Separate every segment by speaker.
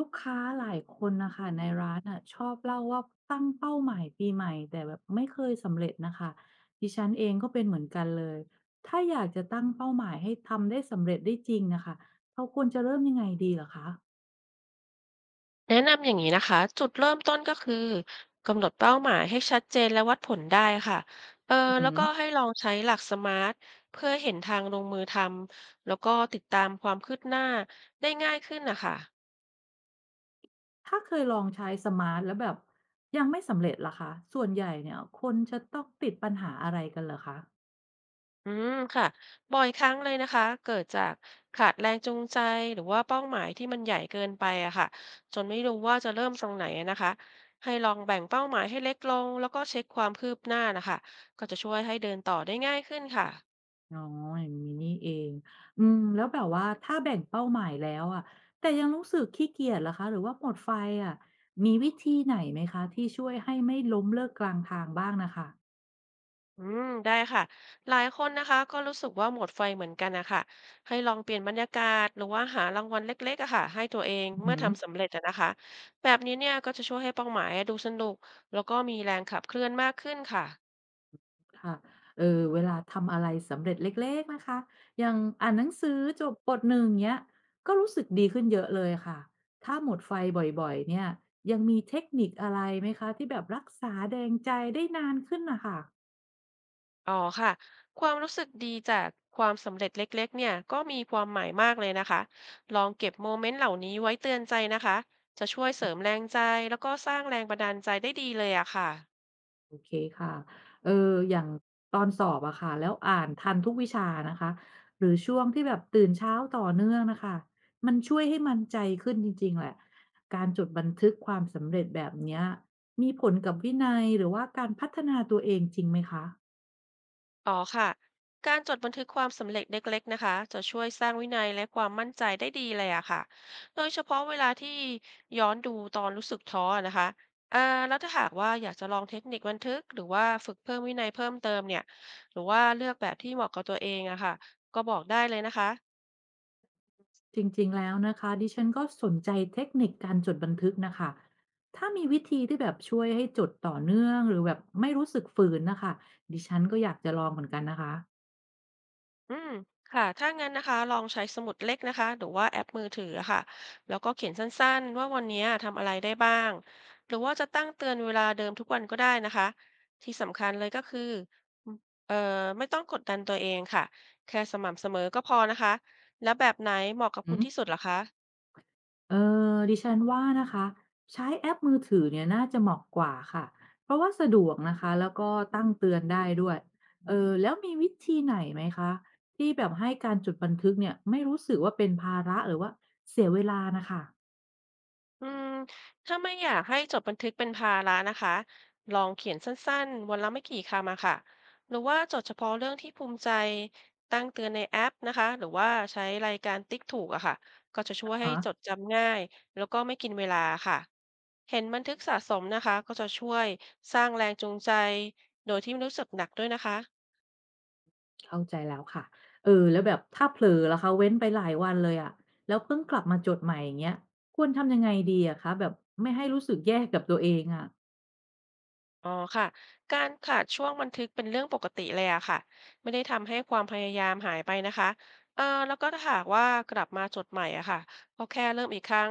Speaker 1: ลูกค้าหลายคนนะคะในร้านอ่ะชอบเล่าว่าตั้งเป้าหมายปีใหม่แต่แบบไม่เคยสำเร็จนะคะดิฉันเองก็เป็นเหมือนกันเลยถ้าอยากจะตั้งเป้าหมายให้ทำได้สำเร็จได้จริงนะคะเราควรจะเริ่มยังไงดีเหรอคะ
Speaker 2: แนะนำอย่างนี้นะคะจุดเริ่มต้นก็คือกำหนดเป้าหมายให้ชัดเจนและวัดผลได้ค่ะเออ
Speaker 1: อือหื
Speaker 2: แล้ว
Speaker 1: อ
Speaker 2: ก็ให้ลองใช้หลักสมาร์ทเพื่อเห็นทางลงมือทำแล้วก็ติดตามความคืบหน้าได้ง่ายขึ้นนะคะ
Speaker 1: ถ้าเคยลองใช้สมาร์ทแล้วแบบยังไม่สำเร็จล่ะคะส่วนใหญ่เนี่ยคนจะต้องติดปัญหาอะไรกันเหรอคะ
Speaker 2: ค่ะบ่อยครั้งเลยนะคะเกิดจากขาดแรงจูงใจหรือว่าเป้าหมายที่มันใหญ่เกินไปอะค่ะจนไม่รู้ว่าจะเริ่มตรงไหนอะนะคะให้ลองแบ่งเป้าหมายให้เล็กลงแล้วก็เช็คความคืบหน้านะคะก็จะช่วยให้เดินต่อได้ง่ายขึ้นค่ะ
Speaker 1: อ๋ออย่างงี้นี่เองอืมแล้วแบบว่าถ้าแบ่งเป้าหมายแล้วอะแต่ยังรู้สึกขี้เกียจเหรอคะหรือว่าหมดไฟอะมีวิธีไหนไหมคะที่ช่วยให้ไม่ล้มเลิกกลางทางบ้างน่ะค่ะ
Speaker 2: ได้ค่ะหลายคนนะคะก็รู้สึกว่าหมดไฟเหมือนกันนะคะให้ลองเปลี่ยนบรรยากาศหรือว่าหารางวัลเล็กๆอะค่ะให้ตัวเอง
Speaker 1: อือ
Speaker 2: เมื่อ
Speaker 1: ฮึ
Speaker 2: ทำสำเร็จอะนะคะแบบนี้เนี่ยก็จะช่วยให้เป้าหมายดูสนุกแล้วก็มีแรงขับเคลื่อนมากขึ้นค่ะ
Speaker 1: ค่ะเออเวลาทำอะไรสำเร็จเล็กๆนะคะอย่างอ่านหนังสือจบบทหนึ่งเงี้ยก็รู้สึกดีขึ้นเยอะเลยค่ะถ้าหมดไฟบ่อยๆเนี่ยยังมีเทคนิคอะไรไหมคะที่แบบรักษาแรงใจได้นานขึ้นน่ะค่ะ
Speaker 2: อ๋อค่ะความรู้สึกดีจากความสำเร็จเล็กๆเนี่ยก็มีความหมายมากเลยนะคะลองเก็บโมเมนต์เหล่านี้ไว้เตือนใจนะคะจะช่วยเสริมแรงใจแล้วก็สร้างแรงบันดาลใจได้ดีเลยอะค่ะ
Speaker 1: โอเคค่ะ เออ อย่างตอนสอบอะค่ะ แล้วอ่านทันทุกวิชานะคะ หรือช่วงที่แบบตื่นเช้าต่อเนื่องนะคะ มันช่วยให้มั่นใจขึ้นจริงๆแหละ การจดบันทึกความสำเร็จแบบเนี้ยมีผลกับวินัยหรือว่าการพัฒนาตัวเองจริงไหมคะ
Speaker 2: อ๋อค่ะ การจดบันทึกความสำเร็จเล็กๆนะคะจะช่วยสร้างวินัยและความมั่นใจได้ดีเลยอะค่ะโดยเฉพาะเวลาที่ย้อนดูตอนรู้สึกท้ออะนะคะอ่าแล้วถ้าหากว่าอยากจะลองเทคนิคบันทึกหรือว่าฝึกเพิ่มวินัยเพิ่มเติมเนี่ยหรือว่าเลือกแบบที่เหมาะกับตัวเองอะค่ะก็บอกได้เลยนะคะ
Speaker 1: จริงๆแล้วนะคะดิฉันก็สนใจเทคนิคการจดบันทึกนะคะถ้ามีวิธีที่แบบช่วยให้จดต่อเนื่องหรือแบบไม่รู้สึกฝืนนะคะดิฉันก็อยากจะลองเหมือนกันนะคะ
Speaker 2: อืมค่ะถ้างั้นนะคะลองใช้สมุดเล็กนะคะหรือว่าแอปมือถืออะค่ะแล้วก็เขียนสั้นๆว่าวันนี้ทำอะไรได้บ้างหรือว่าจะตั้งเตือนเวลาเดิมทุกวันก็ได้นะคะที่สำคัญเลยก็คือเอ่อไม่ต้องกดดันตัวเองค่ะแค่สม่ำเสมอก็พอนะคะแล้วแบบไหนเหมาะกับ
Speaker 1: หื
Speaker 2: คุณที่สุดเหรอคะ
Speaker 1: เออดิฉันว่านะคะใช้แอปมือถือเนี่ยน่าจะเหมาะกว่าค่ะเพราะว่าสะดวกนะคะแล้วก็ตั้งเตือนได้ด้วยเออแล้วมีวิธีไหนไหมคะที่แบบให้การจดบันทึกเนี่ยไม่รู้สึกว่าเป็นภาระหรือว่าเสียเวลานะคะ
Speaker 2: อืมถ้าไม่อยากให้จดบันทึกเป็นภาระนะคะลองเขียนสั้นๆวันละไม่กี่คำอะค่ะหรือว่าจดเฉพาะเรื่องที่ภูมิใจตั้งเตือนในแอปนะคะหรือว่าใช้รายการติ๊กถูกอะค่ะก็จะช่วย
Speaker 1: อ
Speaker 2: ให้จด
Speaker 1: อ
Speaker 2: จำง่ายแล้วก็ไม่กินเวลาค่ะเห็นบันทึกสะสมนะคะก็จะช่วยสร้างแรงจูงใจโดยที่ไม่รู้สึกหนักด้วยนะคะ
Speaker 1: เข้าใจแล้วค่ะเออแล้วแบบถ้าเผลอแล่ะคะเว้นไปหลายวันเลยอะแล้วเพิ่งกลับมาจดใหม่อย่างเงี้ยควรทำยังไงดีอะคะแบบไม่ให้รู้สึกแย่กับตัวเองอ
Speaker 2: อ๋อค่ะการขาดช่วงบันทึกเป็นเรื่องปกติเลยอะค่ะไม่ได้ทำให้ความพยายามหายไปนะคะแล้วก็ถ้าหากว่ากลับมาจดใหม่อะค่ะก็แค่เริ่มอีกครั้ง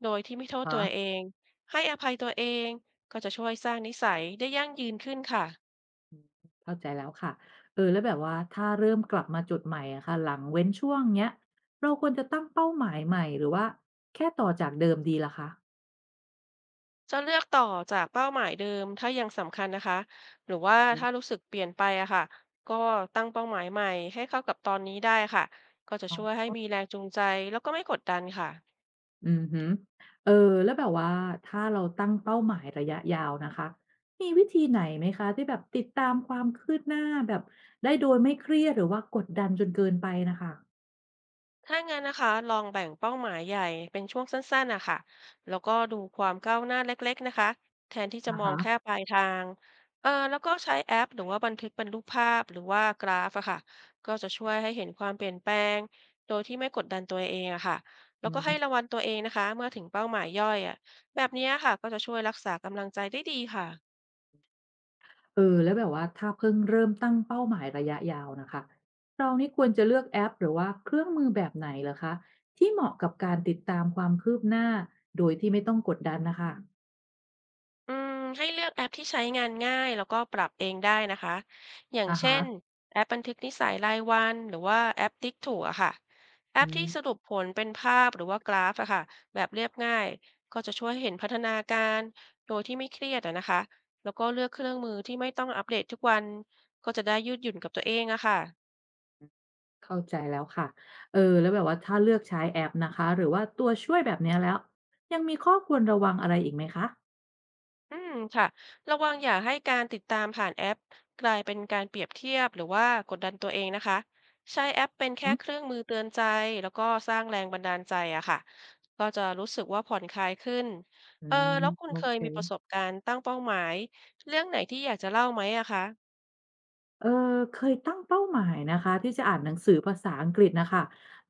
Speaker 2: โดยที่ไม่โทษตัว
Speaker 1: ะ
Speaker 2: เองให้อภัยตัวเองก็จะช่วยสร้างนิสัยได้ยั่งยืนขึ้นค่ะ
Speaker 1: เข้าใจแล้วค่ะ เออ แล้วแบบว่า ถ้าเริ่มกลับมาจุดใหม่อะค่ะหลังเว้นช่วงเนี้ย เราควรจะตั้งเป้าหมายใหม่หรือว่าแค่ต่อจากเดิมดีล่ะคะ
Speaker 2: จะเลือกต่อจากเป้าหมายเดิมถ้ายังสำคัญนะคะหรือว่า
Speaker 1: อื
Speaker 2: ถ้า
Speaker 1: ม
Speaker 2: รู้สึกเปลี่ยนไปอะค่ะก็ตั้งเป้าหมายใหม่ให้เข้ากับตอนนี้ได้ค่ะก็จะ
Speaker 1: อ๋อ
Speaker 2: ช่วยให้มีแรงจูงใจแล้วก็ไม่กดดันค่ะ
Speaker 1: อือึเออแล้วแบบว่าถ้าเราตั้งเป้าหมายระยะยาวนะคะมีวิธีไหนไหมคะที่แบบติดตามความคืบหน้าแบบได้โดยไม่เครียดหรือว่ากดดันจนเกินไปนะคะ
Speaker 2: ถ้างั้นนะคะลองแบ่งเป้าหมายใหญ่เป็นช่วงสั้นๆนะคะแล้วก็ดูความก้าวหน้าเล็กๆนะคะแทนที่จะ
Speaker 1: อะ
Speaker 2: มอง
Speaker 1: ฮะ
Speaker 2: แค่ปลายทางแล้วก็ใช้แอปหรือว่าบันทึกเป็นรูปภาพหรือว่ากราฟอะค่ะก็จะช่วยให้เห็นความเปลี่ยนแปลงโดยที่ไม่กดดันตัวเองอะค่ะแล้
Speaker 1: อื
Speaker 2: วก็ให้รา
Speaker 1: ม
Speaker 2: งวัลตัวเองนะคะเมื่อถึงเป้าหมายย่อยอะแบบเนี้ยค่ะก็จะช่วยรักษากำลังใจได้ดีค่ะ
Speaker 1: เออแล้วแบบว่าถ้าเพิ่งเริ่มตั้งเป้าหมายระยะยาวนะคะเรานี่ควรจะเลือกแอปหรือว่าเครื่องมือแบบไหนเหรอคะที่เหมาะกับการติดตามความคืบหน้าโดยที่ไม่ต้องกดดันนะคะ
Speaker 2: ให้เลือกแอปที่ใช้งานง่ายแล้วก็ปรับเองได้นะคะอย่าง
Speaker 1: อะ
Speaker 2: เช่
Speaker 1: ฮะ
Speaker 2: นแอปบันทึกนิสัยรายวันหรือว่าแอปติ๊กถูกอะค่ะแอ
Speaker 1: อื
Speaker 2: ป
Speaker 1: ม
Speaker 2: ที่สรุปผลเป็นภาพหรือว่ากราฟอะค่ะแบบเรียบง่ายก็จะช่วยเห็นพัฒนาการโดยที่ไม่เครียดอะนะคะแล้วก็เลือกเครื่องมือที่ไม่ต้องอัปเดตทุกวันก็จะได้ยืดหยุ่นกับตัวเองอะค่ะ
Speaker 1: เข้าใจแล้วค่ะเออแล้วแบบว่าถ้าเลือกใช้แอปนะคะหรือว่าตัวช่วยแบบเนี้ยแล้วยังมีข้อควรระวังอะไรอีกไหมคะ
Speaker 2: ค่ะระวังอย่าให้การติดตามผ่านแอปกลายเป็นการเปรียบเทียบหรือว่ากดดันตัวเองนะคะใช้แอปเป็นแค่เครื่องมือเตือนใจแล้วก็สร้างแรงบันดาลใจอะค่ะก็จะรู้สึกว่าผ่อนคลายขึ้น
Speaker 1: อื
Speaker 2: เออ
Speaker 1: ม
Speaker 2: แล้วคุณ
Speaker 1: โอ
Speaker 2: เคย
Speaker 1: เค
Speaker 2: มีประสบการณ์ตั้งเป้าหมายเรื่องไหนที่อยากจะเล่าไหมอะคะ
Speaker 1: เอเคยตั้งเป้าหมายนะคะที่จะอ่านหนังสือภาษาอังกฤษนะคะ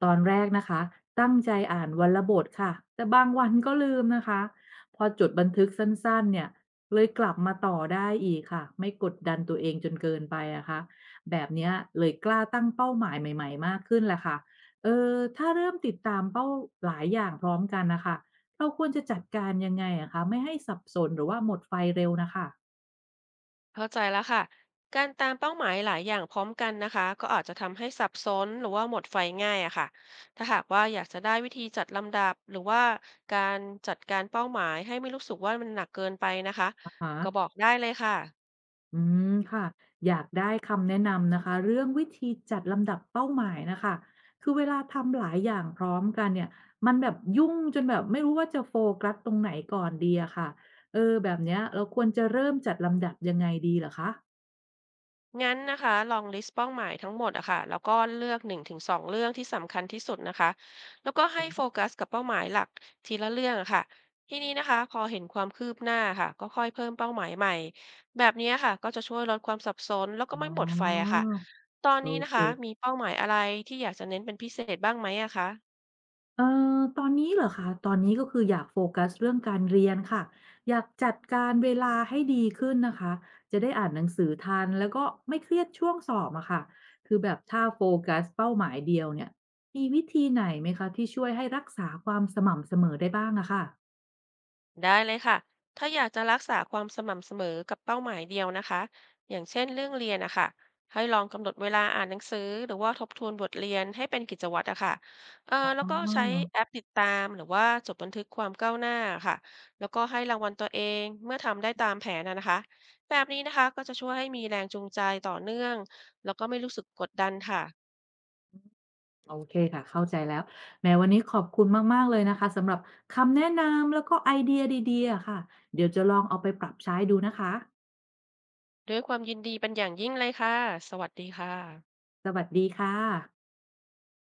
Speaker 1: ตอนแรกนะคะตั้งใจอ่านวันละบทค่ะแต่บางวันก็ลืมนะคะพอจดบันทึกสั้นๆเนี่ยเลยกลับมาต่อได้อีกค่ะไม่กดดันตัวเองจนเกินไปอะคะแบบเนี้ยเลยกล้าตั้งเป้าหมายใหม่ๆมากขึ้นแหละค่ะเออถ้าเริ่มติดตามเป้าหลายอย่างพร้อมกันนะคะเราควรจะจัดการยังไงอะคะไม่ให้สับสนหรือว่าหมดไฟเร็วนะคะ
Speaker 2: เข้าใจแล้วค่ะ การตามเป้าหมายหลายอย่างพร้อมกันนะคะก็อาจจะทำให้สับสนหรือว่าหมดไฟง่ายอะค่ะถ้าหากว่าอยากจะได้วิธีจัดลำดับหรือว่าการจัดการเป้าหมายให้ไม่รู้สึกว่ามันหนักเกินไปนะคะ
Speaker 1: อาฮะ
Speaker 2: ก็บอกได้เลยค่ะ
Speaker 1: อืมค่ะอยากได้คำแนะนำนะคะเรื่องวิธีจัดลำดับเป้าหมายนะคะคือเวลาทำหลายอย่างพร้อมกันเนี่ยมันแบบยุ่งจนแบบไม่รู้ว่าจะโฟกัสตรงไหนก่อนดีอะค่ะเออแบบเนี้ยเราควรจะเริ่มจัดลำดับยังไงดีเหรอคะ
Speaker 2: งั้นนะคะลองลิสต์เป้าหมายทั้งหมดอะค่ะแล้วก็เลือกหนึ่งถึงสองเรื่องที่สำคัญที่สุดนะคะแล้วก็ให้โฟกัสกับเป้าหมายหลักทีละเรื่องอะค่ะทีนี้นะคะพอเห็นความคืบหน้าค่ะก็ค่อยเพิ่มเป้าหมายใหม่แบบนี้ค่ะก็จะช่วยลดความสับสนแล้วก็
Speaker 1: อ๋
Speaker 2: ไม่หมดไฟอะ
Speaker 1: อ
Speaker 2: ค่ะตอน
Speaker 1: โอ
Speaker 2: นี้นะ
Speaker 1: เค
Speaker 2: คะมีเป้าหมายอะไรที่อยากจะเน้นเป็นพิเศษบ้างไหมอะคะ
Speaker 1: เอ่อตอนนี้เหรอคะตอนนี้ก็คืออยากโฟกัสเรื่องการเรียนค่ะ อยากจัดการเวลาให้ดีขึ้นนะคะ จะได้อ่านหนังสือทันแล้วก็ไม่เครียดช่วงสอบอะค่ะคือแบบถ้าโฟกัสเป้าหมายเดียวเนี่ย มีวิธีไหนไหมคะที่ช่วยให้รักษาความสม่ำเสมอได้บ้างอะค่ะ
Speaker 2: ได้เลยค่ะถ้าอยากจะรักษาความสม่ำเสมอกับเป้าหมายเดียวนะคะอย่างเช่นเรื่องเรียนนะคะให้ลองกำหนดเวลาอ่านหนังสือหรือว่าทบทวนบทเรียนให้เป็นกิจวัตรอะค่ะ
Speaker 1: อ๋
Speaker 2: แล้ว
Speaker 1: อ
Speaker 2: ก็ใช้แอปติดตามหรือว่าจดบันทึกความก้าวหน้าค่ะแล้วก็ให้รางวัลตัวเองเมื่อทำได้ตามแผนนะคะแบบนี้นะคะก็จะช่วยให้มีแรงจูงใจต่อเนื่องแล้วก็ไม่รู้สึกกดดันค่ะ
Speaker 1: โอเคค่ะเข้าใจแล้วแหมวันนี้ขอบคุณมากๆเลยนะคะสำหรับคำแนะนำแล้วก็ไอเดียดีๆอะค่ะเดี๋ยวจะลองเอาไปปรับใช้ดูนะคะ
Speaker 2: ด้วยความยินดีเป็นอย่างยิ่งเลยค่ะสวัสดีค่ะ
Speaker 1: สวัสดีค่ะ